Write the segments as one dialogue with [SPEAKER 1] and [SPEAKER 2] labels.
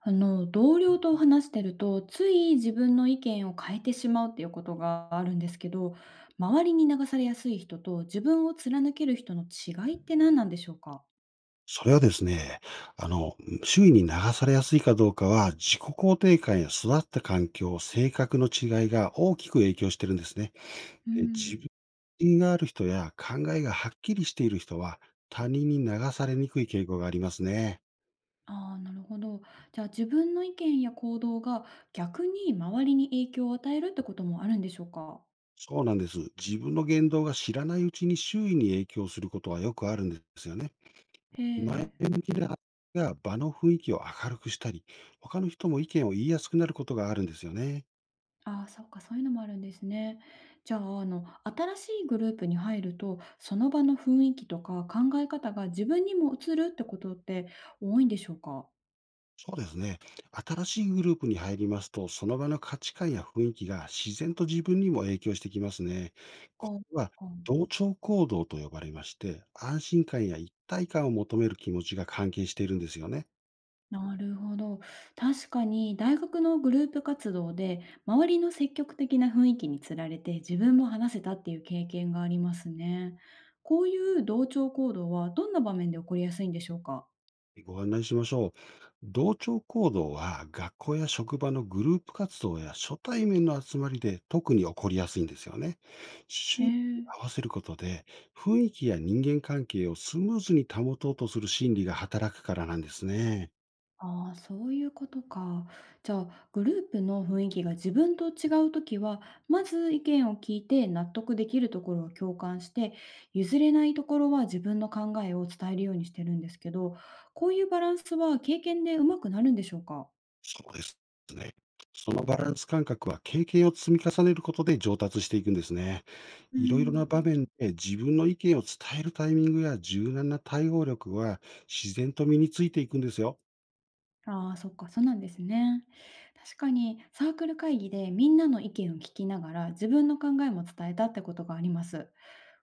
[SPEAKER 1] 同僚と話してると、つい自分の意見を変えてしまうっていうことがあるんですけど、周りに流されやすい人と自分を貫ける人の違いって何なんでしょうか。
[SPEAKER 2] それはですね、あの、周囲に流されやすいかどうかは、自己肯定感や育った環境、性格の違いが大きく影響してるんですね。
[SPEAKER 1] う
[SPEAKER 2] で、
[SPEAKER 1] ん、
[SPEAKER 2] 自分がある人や考えがはっきりしている人は、他人に流されにくい傾向がありますね。
[SPEAKER 1] ああー、なるほど。じゃあ自分の意見や行動が逆に周りに影響を与えるってこともあるんでしょうか。
[SPEAKER 2] そうなんです。自分の言動が知らないうちに周囲に影響することはよくあるんですよね。
[SPEAKER 1] へ
[SPEAKER 2] 前
[SPEAKER 1] え。
[SPEAKER 2] 向きな発言が場の雰囲気を明るくしたり、他の人も意見を言いやすくなることがあるんですよね。
[SPEAKER 1] ああ、そうか、そういうのもあるんですね。じゃあ、新しいグループに入ると、その場の雰囲気とか考え方が自分にも移るってことって多いんでしょうか？
[SPEAKER 2] そうですね。新しいグループに入りますと、その場の価値観や雰囲気が自然と自分にも影響してきますね。
[SPEAKER 1] あ、
[SPEAKER 2] これは
[SPEAKER 1] あ、
[SPEAKER 2] 同調行動と呼ばれまして、安心感や一体感を求める気持ちが関係しているんですよね。
[SPEAKER 1] なるほど。確かに大学のグループ活動で、周りの積極的な雰囲気につられて自分も話せたっていう経験がありますね。こういう同調行動はどんな場面で起こりやすいんでしょうか？
[SPEAKER 2] ご案内しましょう。同調行動は学校や職場のグループ活動や初対面の集まりで特に起こりやすいんですよね。周
[SPEAKER 1] へ
[SPEAKER 2] 囲に
[SPEAKER 1] え。
[SPEAKER 2] 合わせることで、雰囲気や人間関係をスムーズに保とうとする心理が働くからなんですね。
[SPEAKER 1] ああ、そういうことか。じゃあ、グループの雰囲気が自分と違うときは、まず意見を聞いて納得できるところは共感して、譲れないところは自分の考えを伝えるようにしてるんですけど、こういうバランスは経験でうまくなるんでしょうか。
[SPEAKER 2] そうですね。そのバランス感覚は経験を積み重ねることで上達していくんですね。
[SPEAKER 1] う
[SPEAKER 2] いろいろ
[SPEAKER 1] ん、
[SPEAKER 2] な場面で自分の意見を伝えるタイミングや柔軟な対応力は、自然と身についていくんですよ。
[SPEAKER 1] ああ、そっか、そうなんですね。確かに、サークル会議でみんなの意見を聞きながら、自分の考えも伝えたってことがあります。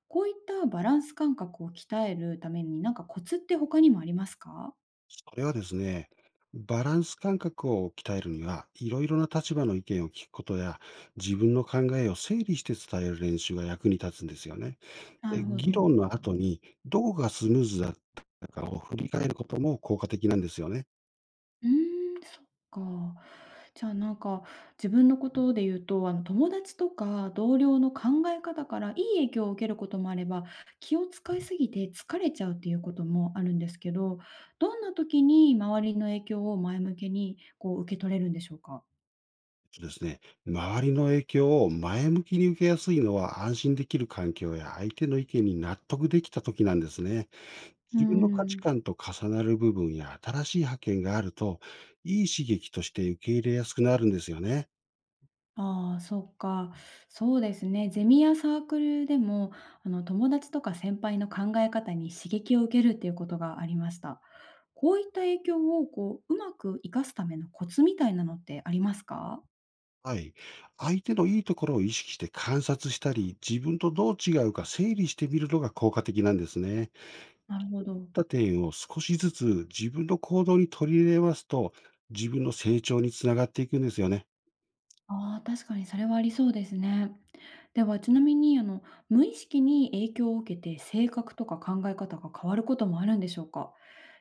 [SPEAKER 1] こういったバランス感覚を鍛えるために、コツって他にもありますか？
[SPEAKER 2] それはですね、バランス感覚を鍛えるには、いろいろな立場の意見を聞くことや、自分の考えを整理して伝える練習が役に立つんですよね。
[SPEAKER 1] なる
[SPEAKER 2] で、
[SPEAKER 1] ほど。
[SPEAKER 2] 議論の後に、どこがスムーズだったかを振り返ることも効果的なんですよね。
[SPEAKER 1] うーん、そっか。じゃあ、自分のことで言うと、友達とか同僚の考え方からいい影響を受けることもあれば、気を使いすぎて疲れちゃうっていうこともあるんですけど、どんな時に周りの影響を前向きに、受け取れるんでしょうか？
[SPEAKER 2] そうですね、周りの影響を前向きに受けやすいのは、安心できる環境や相手の意見に納得できた時なんですね。
[SPEAKER 1] うー
[SPEAKER 2] 自分の価値
[SPEAKER 1] ん。
[SPEAKER 2] 観と重なる部分や新しい発見があると、いい刺激として受け入れやすくなるんですよね。
[SPEAKER 1] ああ、そっか。そうですね。ゼミやサークルでも、友達とか先輩の考え方に刺激を受けるっていうことがありました。こういった影響を、うまく活かすためのコツみたいなのってありますか。
[SPEAKER 2] はい。相手のいいところを意識して観察したり、自分とどう違うか整理してみるのが効果的なんですね。
[SPEAKER 1] なるほ
[SPEAKER 2] っ
[SPEAKER 1] ど。
[SPEAKER 2] た点を少しずつ自分の行動に取り入れますと、自分の成長につながっていくんですよね。
[SPEAKER 1] ああ、確かにそれはありそうですね。では、ちなみに、無意識に影響を受けて性格とか考え方が変わることもあるんでしょうか。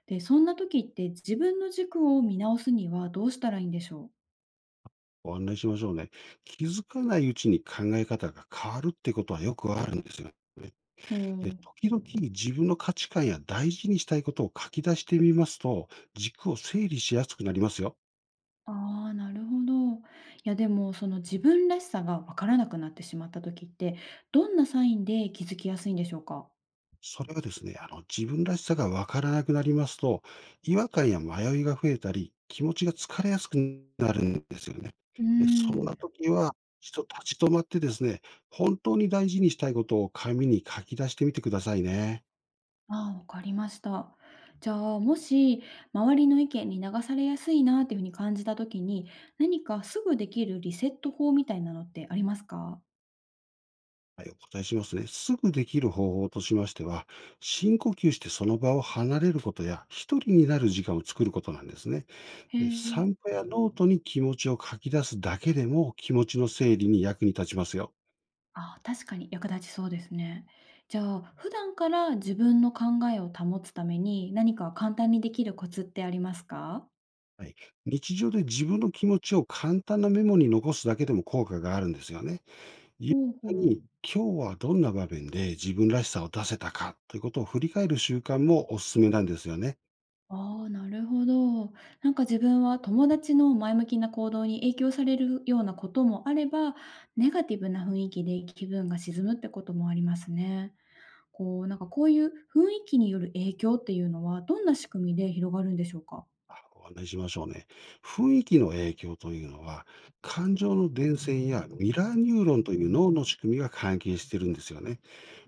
[SPEAKER 1] で、そんな時って自分の軸を見直すにはどうしたらいいんでしょう。
[SPEAKER 2] ご案内しましょうね。気づかないうちに考え方が変わるってことはよくあるんですよね。
[SPEAKER 1] ほ
[SPEAKER 2] で、
[SPEAKER 1] う。
[SPEAKER 2] 時々自分の価値観や大事にしたいことを書き出してみますと、軸を整理しやすくなりますよ。
[SPEAKER 1] ああ、なるほど。いやでも、その自分らしさがわからなくなってしまった時って、どんなサインで気づきやすいんでしょうか？
[SPEAKER 2] それはですね、自分らしさがわからなくなりますと、違和感や迷いが増えたり、気持ちが疲れやすくなるんですよね。
[SPEAKER 1] うー
[SPEAKER 2] で、そんな
[SPEAKER 1] ん。
[SPEAKER 2] 時は、一度立ち止まってですね、本当に大事にしたいことを紙に書き出してみてくださいね。
[SPEAKER 1] ああ、わかりました。じゃあ、もし周りの意見に流されやすいなっていう風に感じた時に、何かすぐできるリセット法みたいなのってありますか？
[SPEAKER 2] はい、お答えしますね。すぐできる方法としましては、深呼吸してその場を離れることや、一人になる時間を作ることなんですね。
[SPEAKER 1] へ
[SPEAKER 2] で、
[SPEAKER 1] え。
[SPEAKER 2] 散歩やノートに気持ちを書き出すだけでも気持ちの整理に役に立ちますよ。
[SPEAKER 1] ああ、確かに役立ちそうですね。じゃあ、普段から自分の考えを保つために、何か簡単にできるコツってありますか？
[SPEAKER 2] はい、日常で自分の気持ちを簡単なメモに残すだけでも効果があるんですよね。夕
[SPEAKER 1] ほうほ
[SPEAKER 2] 方
[SPEAKER 1] う。
[SPEAKER 2] に今日はどんな場面で自分らしさを出せたかということを振り返る習慣もおすすめなんですよね。
[SPEAKER 1] ああ、なるほど。自分は友達の前向きな行動に影響されるようなこともあれば、ネガティブな雰囲気で気分が沈むってこともありますね。こういう雰囲気による影響っていうのは、どんな仕組みで広がるんでしょうか？
[SPEAKER 2] ご案内しましょうね。雰囲気の影響というのは、感情の伝染やミラーニューロンという脳の仕組みが関係してるんですよね。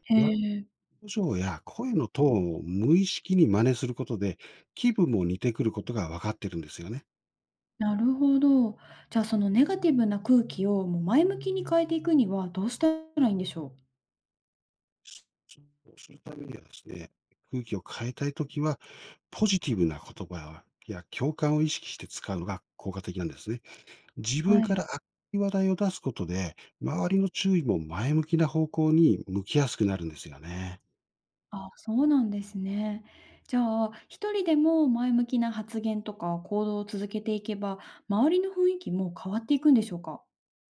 [SPEAKER 1] へ
[SPEAKER 2] 表
[SPEAKER 1] え、
[SPEAKER 2] 情や声のトーンを無意識に真似することで、気分も似てくることが分かってるんですよね。
[SPEAKER 1] なるほど。じゃあそのネガティブな空気をもう前向きに変えていくにはどうしたらいいんでしょう？
[SPEAKER 2] そうするためにはですね、空気を変えたいときは、ポジティブな言葉や共感を意識して使うのが効果的なんですね。自分
[SPEAKER 1] は
[SPEAKER 2] か
[SPEAKER 1] い。
[SPEAKER 2] ら明るい話題を出すことで、周りの注意も前向きな方向に向きやすくなるんですよね。
[SPEAKER 1] あ、そうなんですね。じゃあ、一人でも前向きな発言とか行動を続けていけば、周りの雰囲気も変わっていくんでしょうか？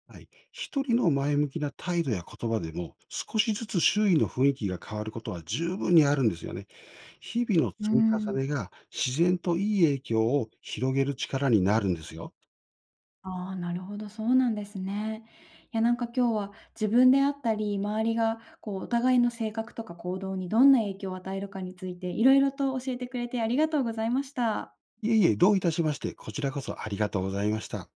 [SPEAKER 2] はい。一人の前向きな態度や言葉でも、少しずつ周囲の雰囲気が変わることは十分にあるんですよね。日々の
[SPEAKER 1] う
[SPEAKER 2] 積み重
[SPEAKER 1] ん。
[SPEAKER 2] ねが自然といい影響を広げる力になるんですよ。
[SPEAKER 1] ああ、なるほど、そうなんですね。いや、今日は自分であったり、周りがお互いの性格とか行動にどんな影響を与えるかについて、いろいろと教えてくれてありがとうございました。
[SPEAKER 2] いえいえ、どういたしまして、こちらこそありがとうございました。